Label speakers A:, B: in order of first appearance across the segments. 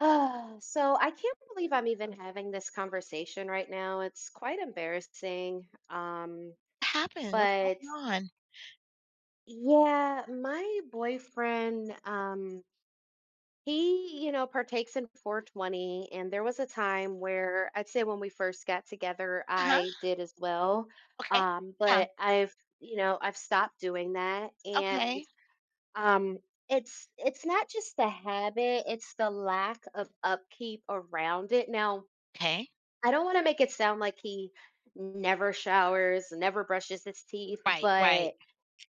A: Ah, so I can't believe I'm even having this conversation right now. It's quite embarrassing. Um,
B: Happened? What's
A: but
B: going on?
A: yeah, my boyfriend, he, you know, partakes in 420, and there was a time where I'd say when we first got together,
B: Uh-huh.
A: I did as well.
B: Okay. Yeah.
A: But I've, you know, I've stopped doing that, and
B: Okay.
A: um, it's not just the habit; it's the lack of upkeep around it. Now,
B: Okay.
A: I don't want to make it sound like he never showers, never brushes his teeth,
B: Right, right.
A: but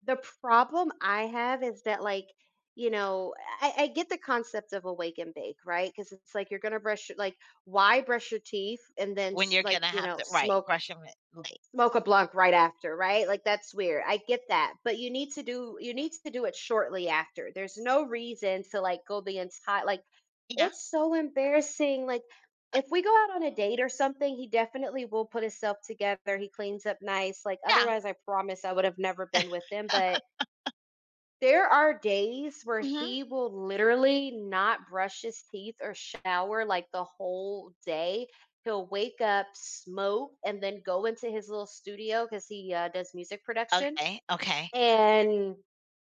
A: the problem I have is that, like, you know, I get the concept of awake and bake, right? Because it's like you're gonna brush your like, why brush your teeth and then
B: When you're
A: like
B: gonna
A: you
B: have
A: know
B: to right,
A: smoke
B: brush him late.
A: smoke a blunt right after, right? Like that's weird. I get that, but you need to do it shortly after. There's no reason to like go the entire like
B: Yeah,
A: it's so embarrassing, like, if we go out on a date or something, he definitely will put himself together, he cleans up nice, like,
B: yeah.
A: otherwise, I promise I would have never been with him, but there are days where
B: Mhm.
A: he will literally not brush his teeth or shower, like, the whole day. He'll wake up, smoke, and then go into his little studio because he, does music production,
B: Okay, okay.
A: and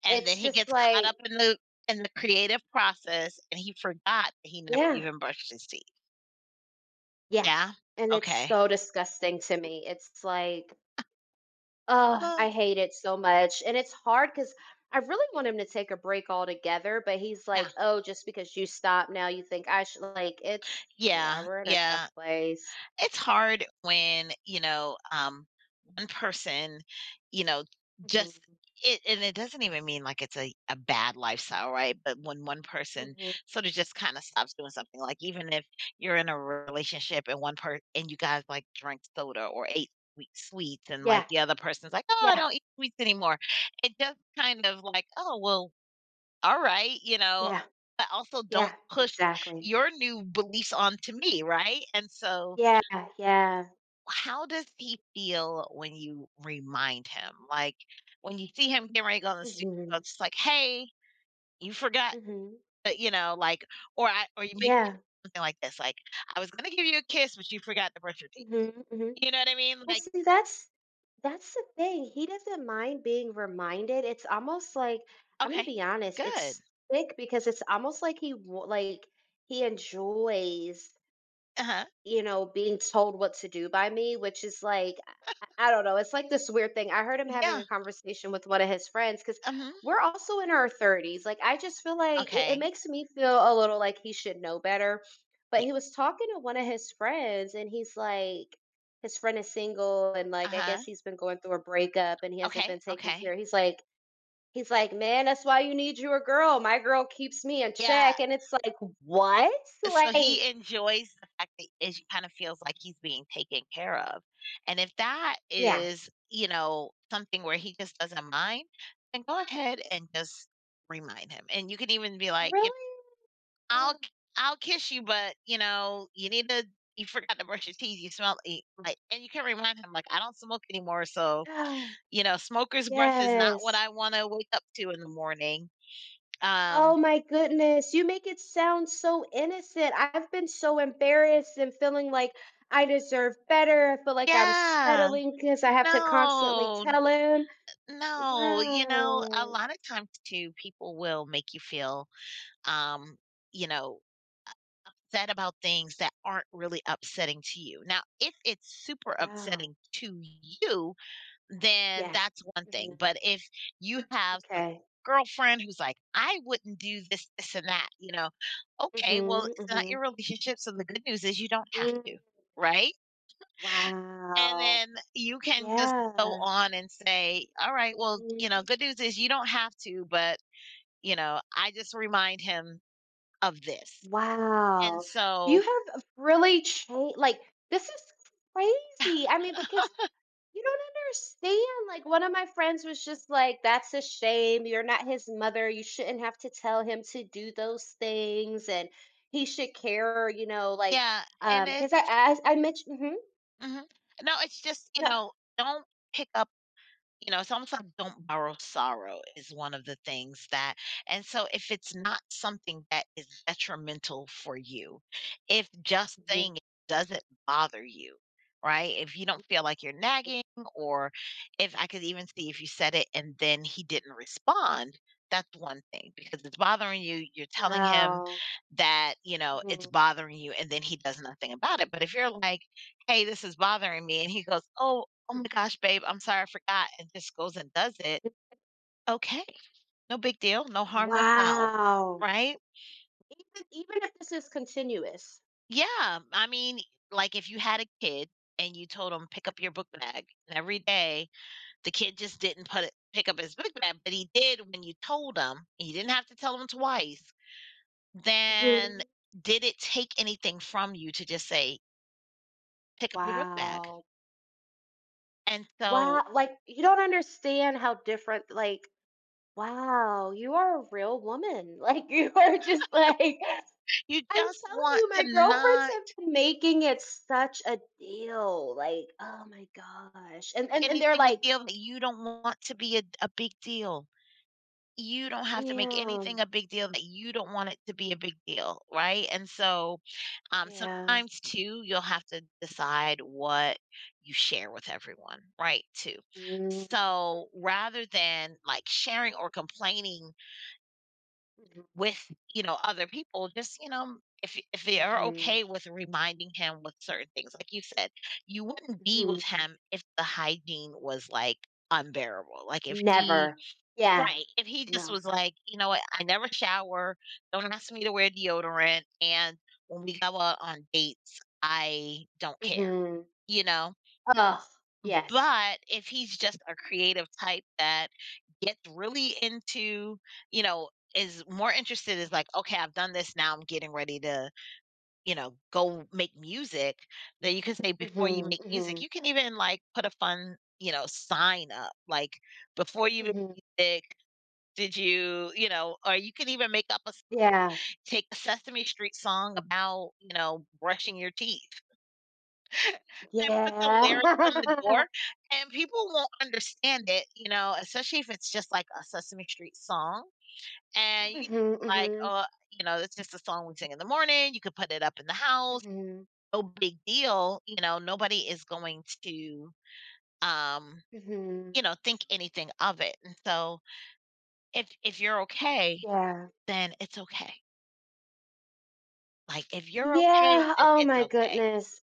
B: And then
A: it's
B: he
A: just
B: gets caught
A: like.
B: up in the creative process, and he forgot that he never
A: Yeah,
B: even brushed his teeth.
A: yeah,
B: Yeah?
A: and it's
B: Okay.
A: so disgusting to me, it's like. Oh,
B: Well,
A: I hate it so much. And it's hard because I really want him to take a break altogether, but he's like,
B: yeah.
A: oh, just because you stop now, you think I should. Like, it's, yeah,
B: Yeah,
A: we're in a tough
B: yeah.
A: place.
B: It's hard when, you know, one person, you know, just
A: Hmm
B: it, and it doesn't even mean like it's a bad lifestyle, right? But when one person
A: hmm.
B: sort of just kind of stops doing something, like even if you're in a relationship and one part, and you guys like drink soda or ate sweets and like
A: Yeah,
B: the other person's like, "Oh, I
A: yeah,
B: don't eat sweets anymore." It just kind of like, oh well, all right, you know,
A: yeah,
B: but also don't
A: yeah,
B: push
A: exactly.
B: your new beliefs onto me, right? And so
A: Yeah, yeah.
B: how does he feel when you remind him? Like when you see him getting ready to go in the studio,
A: Hmm
B: it's like, hey, you forgot
A: hmm.
B: that, you know, like, or I, or you make
A: Yeah.
B: something like this, like, I was gonna give you a kiss, but you forgot to brush your teeth.
A: Hmm hmm.
B: You know what I mean?
A: Well,
B: Like,
A: see, that's the thing. He doesn't mind being reminded. It's almost like I'm gonna
B: okay,
A: be honest.
B: good.
A: It's sick because it's almost like like he enjoys
B: Uh huh.
A: you know, being told what to do by me, which is like, I don't know. It's like this weird thing. I heard him having a
B: Yeah.
A: conversation with one of his friends because
B: Uh huh.
A: we're also in our 30s. Like, I just feel like it
B: Okay.
A: makes me feel a little like he should know better. But he was talking to one of his friends, and he's like, his friend is single, and
B: Uh
A: like, I
B: huh.
A: guess he's been going through a breakup and he hasn't
B: Okay.
A: been taken
B: Okay.
A: care. He's like, man, that's why you need your girl. My girl keeps me in
B: Yeah.
A: check. And it's like, what?
B: So
A: Like,
B: he enjoys the fact that it kind of feels like he's being taken care of. And if that
A: yeah,
B: is, you know, something where he just doesn't mind, then go ahead and just remind him. And you can even be like, you know,
A: really?
B: I'll k- I'll kiss you, but you know, you need to you forgot to brush your teeth. You smell like, and you can remind him like, I don't smoke anymore, so
A: Ah,
B: you know, smoker's breath is not what
A: yes.
B: I want to wake up to in the morning. Um,
A: Oh my goodness, you make it sound so innocent. I've been so embarrassed and feeling like I deserve better. I feel like I'm
B: yeah,
A: settling because I have to constantly
B: no,
A: tell him.
B: No, you know, a
A: Wow.
B: lot of times too, people will make you feel, um, you know, sad about things that aren't really upsetting to you. Now, if it's super
A: Wow.
B: upsetting to you, then
A: Yes.
B: that's one thing.
A: Mhm.
B: But if you have sort of
A: Okay.
B: girlfriend who's like, I wouldn't do this, this, and that, you know, okay, well,
A: Mhm.
B: it's not
A: Mhm.
B: your relationship. So the good news is you don't have
A: Mm.
B: to, right? And
A: Wow.
B: then you can just go
A: Yeah.
B: on and say, all right, well, you know,
A: Mhm.
B: good news is you don't have to, but, you know, I just remind him of this. And
A: Wow. You
B: so,
A: have really changed. Like this is crazy. I mean, because you don't understand, like, one of my friends was just like, "That's a shame. You're not his mother. You shouldn't have to tell him to do those things, and he should care," you know, like,
B: yeah. And it,
A: because I as I mentioned mhm,
B: mhm. no, It's just, you
A: no
B: know, don't pick up. You know, it's almost like don't borrow sorrow is one of the things that, and so if it's not something that is detrimental for you, if just
A: mhm,
B: saying it doesn't bother you, right? If you don't feel like you're nagging, or if I could even see if you said it and then he didn't respond, that's one thing because it's bothering you. You're telling him
A: wow,
B: that, you know, it's
A: mhm,
B: bothering you and then he does nothing about it. But if you're like, hey, this is bothering me, and he goes, oh, "Oh my
A: mhm,
B: gosh, babe, I'm sorry, I forgot," and just goes and does it, okay, no big deal, no harm, no foul,
A: wow.
B: right?
A: Even if this is continuous.
B: Yeah, I mean, like, if you had a kid and you told him, "Pick up your book bag," and every day the kid just didn't put it pick up his book bag, but he did when you told him, and you didn't have to tell him twice, then
A: Mhm,
B: did it take anything from you to just say, "Pick up your book bag?"
A: wow,
B: And so
A: wow, like, you don't understand how different, like wow, you are a real woman. Like you are just like I'm
B: you just
A: telling
B: want
A: you,
B: to
A: my girlfriends
B: not
A: have been making it such a deal. Like, oh my gosh. And they're
B: anything a
A: like,
B: deal that you don't want to be a big deal. You don't have to make
A: yeah,
B: anything a big deal that you don't want it to be a big deal, right? And so
A: yeah.
B: sometimes too, you'll have to decide what you share with everyone, right? Too.
A: Mm,
B: So rather than like sharing or complaining
A: mhm,
B: with, you know, other people, just you know. If they are
A: mhm,
B: okay with reminding him with certain things, like you said, you wouldn't be
A: mhm.
B: with him if the hygiene was like unbearable. Like if he.
A: Never. Yeah,
B: Right. If he just
A: no.
B: was like, you know what, I never shower, don't ask me to wear deodorant, and when we go out on dates, I don't care,
A: Mm-hmm.
B: you know?
A: Ugh, yes.
B: But if he's just a creative type that gets really into, you know, is more interested is like, okay, I've done this now, I'm getting ready to, you know, go make music. Then you can say
A: Mm-hmm,
B: before you make music,
A: mm-hmm,
B: you can even like put a fun, you know, sign up like before you
A: mm-hmm.
B: make music did you you know, or you can even make up a s
A: Yeah,
B: take a Sesame Street song about, you know, brushing your teeth and put the
A: yeah.
B: lyrics on the door, and people won't understand it, you know, especially if it's just like a Sesame Street song, and you could
A: Mm-hmm,
B: be like,
A: mm-hmm,
B: "Oh, you know, it's just a song we sing in the morning." You could put it up in the house,
A: mm-hmm,
B: no big deal, you know, nobody is going to, um,
A: mm-hmm.
B: you know, think anything of it, and so if you're okay,
A: Yeah.
B: then it's okay. Like, if you're okay,
A: Yeah,
B: then
A: oh
B: it's
A: my
B: okay.
A: goodness.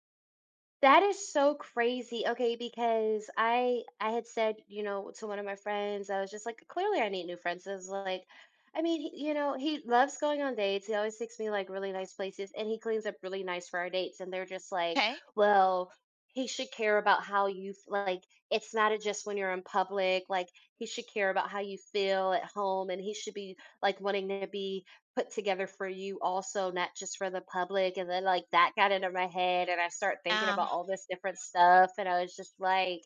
A: That is so crazy. Okay, because I had said, you know, to one of my friends, I was just like, clearly I need new friends. I was like, I mean, he, you know, he loves going on dates. He always takes me like really nice places and he cleans up really nice for our dates. And they're just like,
B: Okay.
A: well, he should care about how you f- like it's not a- just when you're in public, like he should care about how you feel at home and he should be like wanting to be put together for you also, not just for the public, and then, like, that got into my head, and I start thinking about
B: Um,
A: all this different stuff, and I was just like,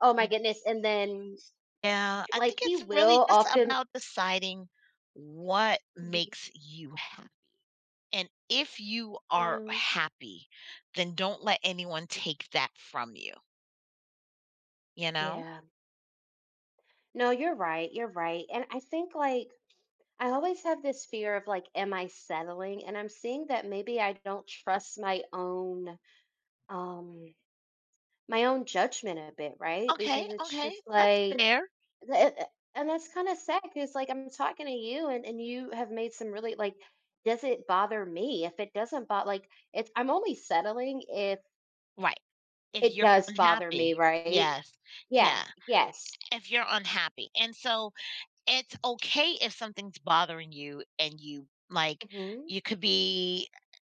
A: "Oh my goodness," and then,
B: yeah, I
A: like,
B: think
A: he
B: it's really
A: will
B: just
A: often
B: about deciding what
A: mhm,
B: makes you happy. And if you are
A: yeah.
B: happy, then don't let anyone take that from you, you know?
A: Yeah. No, you're right, and I think, like, I always have this fear of, like, am I settling, and I'm seeing that maybe I don't trust um my own judgment a bit, right?
B: Okay,
A: Because it's
B: okay,
A: just
B: that's
A: like,
B: fair.
A: th- it- and that's kind of sad because, like, I'm talking to you and you have made some really, like, does it bother me? If it doesn't bother, like, it's, I'm only settling if
B: Right. If
A: it
B: you're
A: does bother
B: unhappy,
A: me, right?
B: yes,
A: Yeah,
B: yeah.
A: yes.
B: If you're unhappy. And so it's okay if something's bothering you and you like,
A: Mm hmm,
B: you could be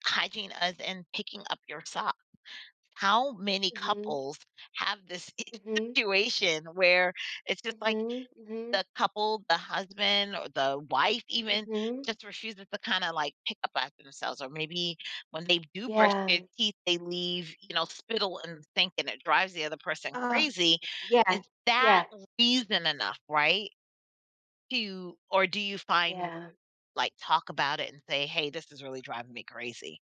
B: hygiene as in picking up your socks. How many
A: mm
B: couples have this
A: hmm,
B: situation where it's
A: mm
B: just like
A: hmm, mm hmm,
B: the couple, the husband or the wife
A: mm
B: even
A: hmm.
B: just refuses to kind of like pick up after themselves? Or maybe when they do brush
A: Yeah.
B: their teeth, they leave, you know, spittle in the sink and it drives the other person
A: Oh,
B: crazy.
A: yeah,
B: Is that
A: yeah,
B: reason enough, right? To or do you find,
A: yeah.
B: like, talk about it and say, "Hey, this is really driving me crazy,"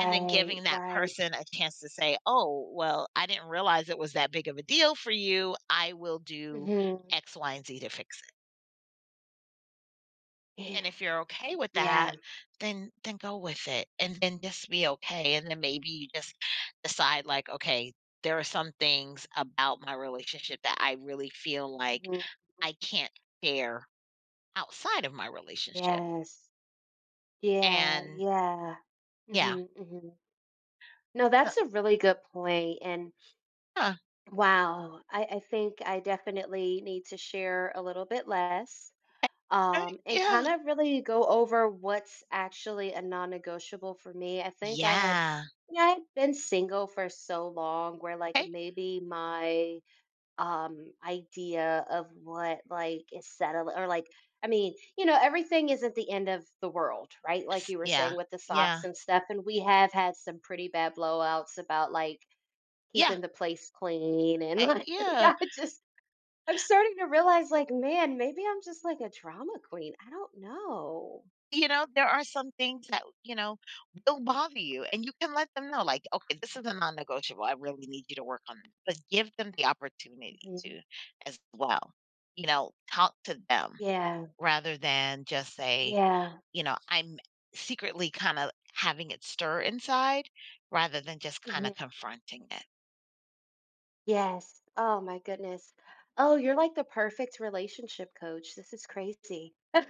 B: and then giving that
A: right.
B: person a chance to say, "Oh, well, I didn't realize it was that big of a deal for you. I will
A: Mm
B: do
A: hmm.
B: X, Y, and Z to fix it."
A: Yeah,
B: And if you're okay with
A: yeah.
B: that, then go with it, and then just be okay, and then maybe you just decide, like, "Okay, there are some things about my relationship that I really feel like
A: Hmm.
B: I can't share outside of my relationship,"
A: Yes. Yeah,
B: and
A: yeah.
B: yeah.
A: Mhm, mhm. No,
B: Uh,
A: that's a really good point. And
B: yeah,
A: wow, I think I definitely need to share a little bit less,
B: right,
A: and
B: yeah.
A: kind of really go over what's actually a non-negotiable for me. I think I had
B: Yeah.
A: yeah, I had been single for so long where like
B: Hey,
A: maybe my idea of what like is settled or like I mean you know everything isn't the end of the world right like
B: S
A: you were
B: yeah.
A: saying with the
B: Yeah.
A: socks and stuff and we have had some pretty bad blowouts about like
B: Yeah,
A: keeping the place clean and
B: hey,
A: like
B: yeah,
A: I just I'm starting to realize like man maybe I'm just like a drama queen I don't know.
B: you know, there are some things that, you know, will bother you, and you can let them know, like, "Okay, this is a non-negotiable, I really need you to work on this," but give them the opportunity
A: Mhm.
B: to as well. You know, talk to them
A: Yeah,
B: rather than just say,
A: yeah.
B: you know, "I'm secretly kinda having it stir inside," rather than just kinda
A: Mhm.
B: confronting it.
A: Yes. Oh my goodness. Oh, you're like the perfect relationship coach. This is crazy.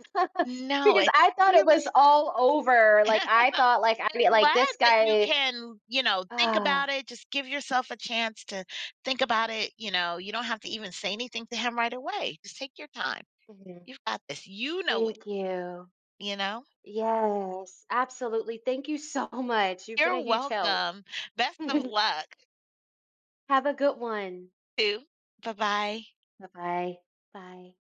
B: No,
A: Because
B: it
A: I thought it
B: really
A: was all over. Like I thought like I
B: I'm
A: mean, like
B: glad
A: this
B: that you
A: guy
B: can, you know, think about
A: ah
B: it, just give yourself a chance to think about it, you know, you don't have to even say anything to him right away. Just take your time.
A: mhm.
B: You've got this. You know it,
A: Thank you.
B: you know?
A: Yes, absolutely. Thank you so much. You've been
B: You're
A: a huge help.
B: welcome. Best of luck
A: Have a good one.
B: too. Bye-bye.
A: Bye-bye. Bye.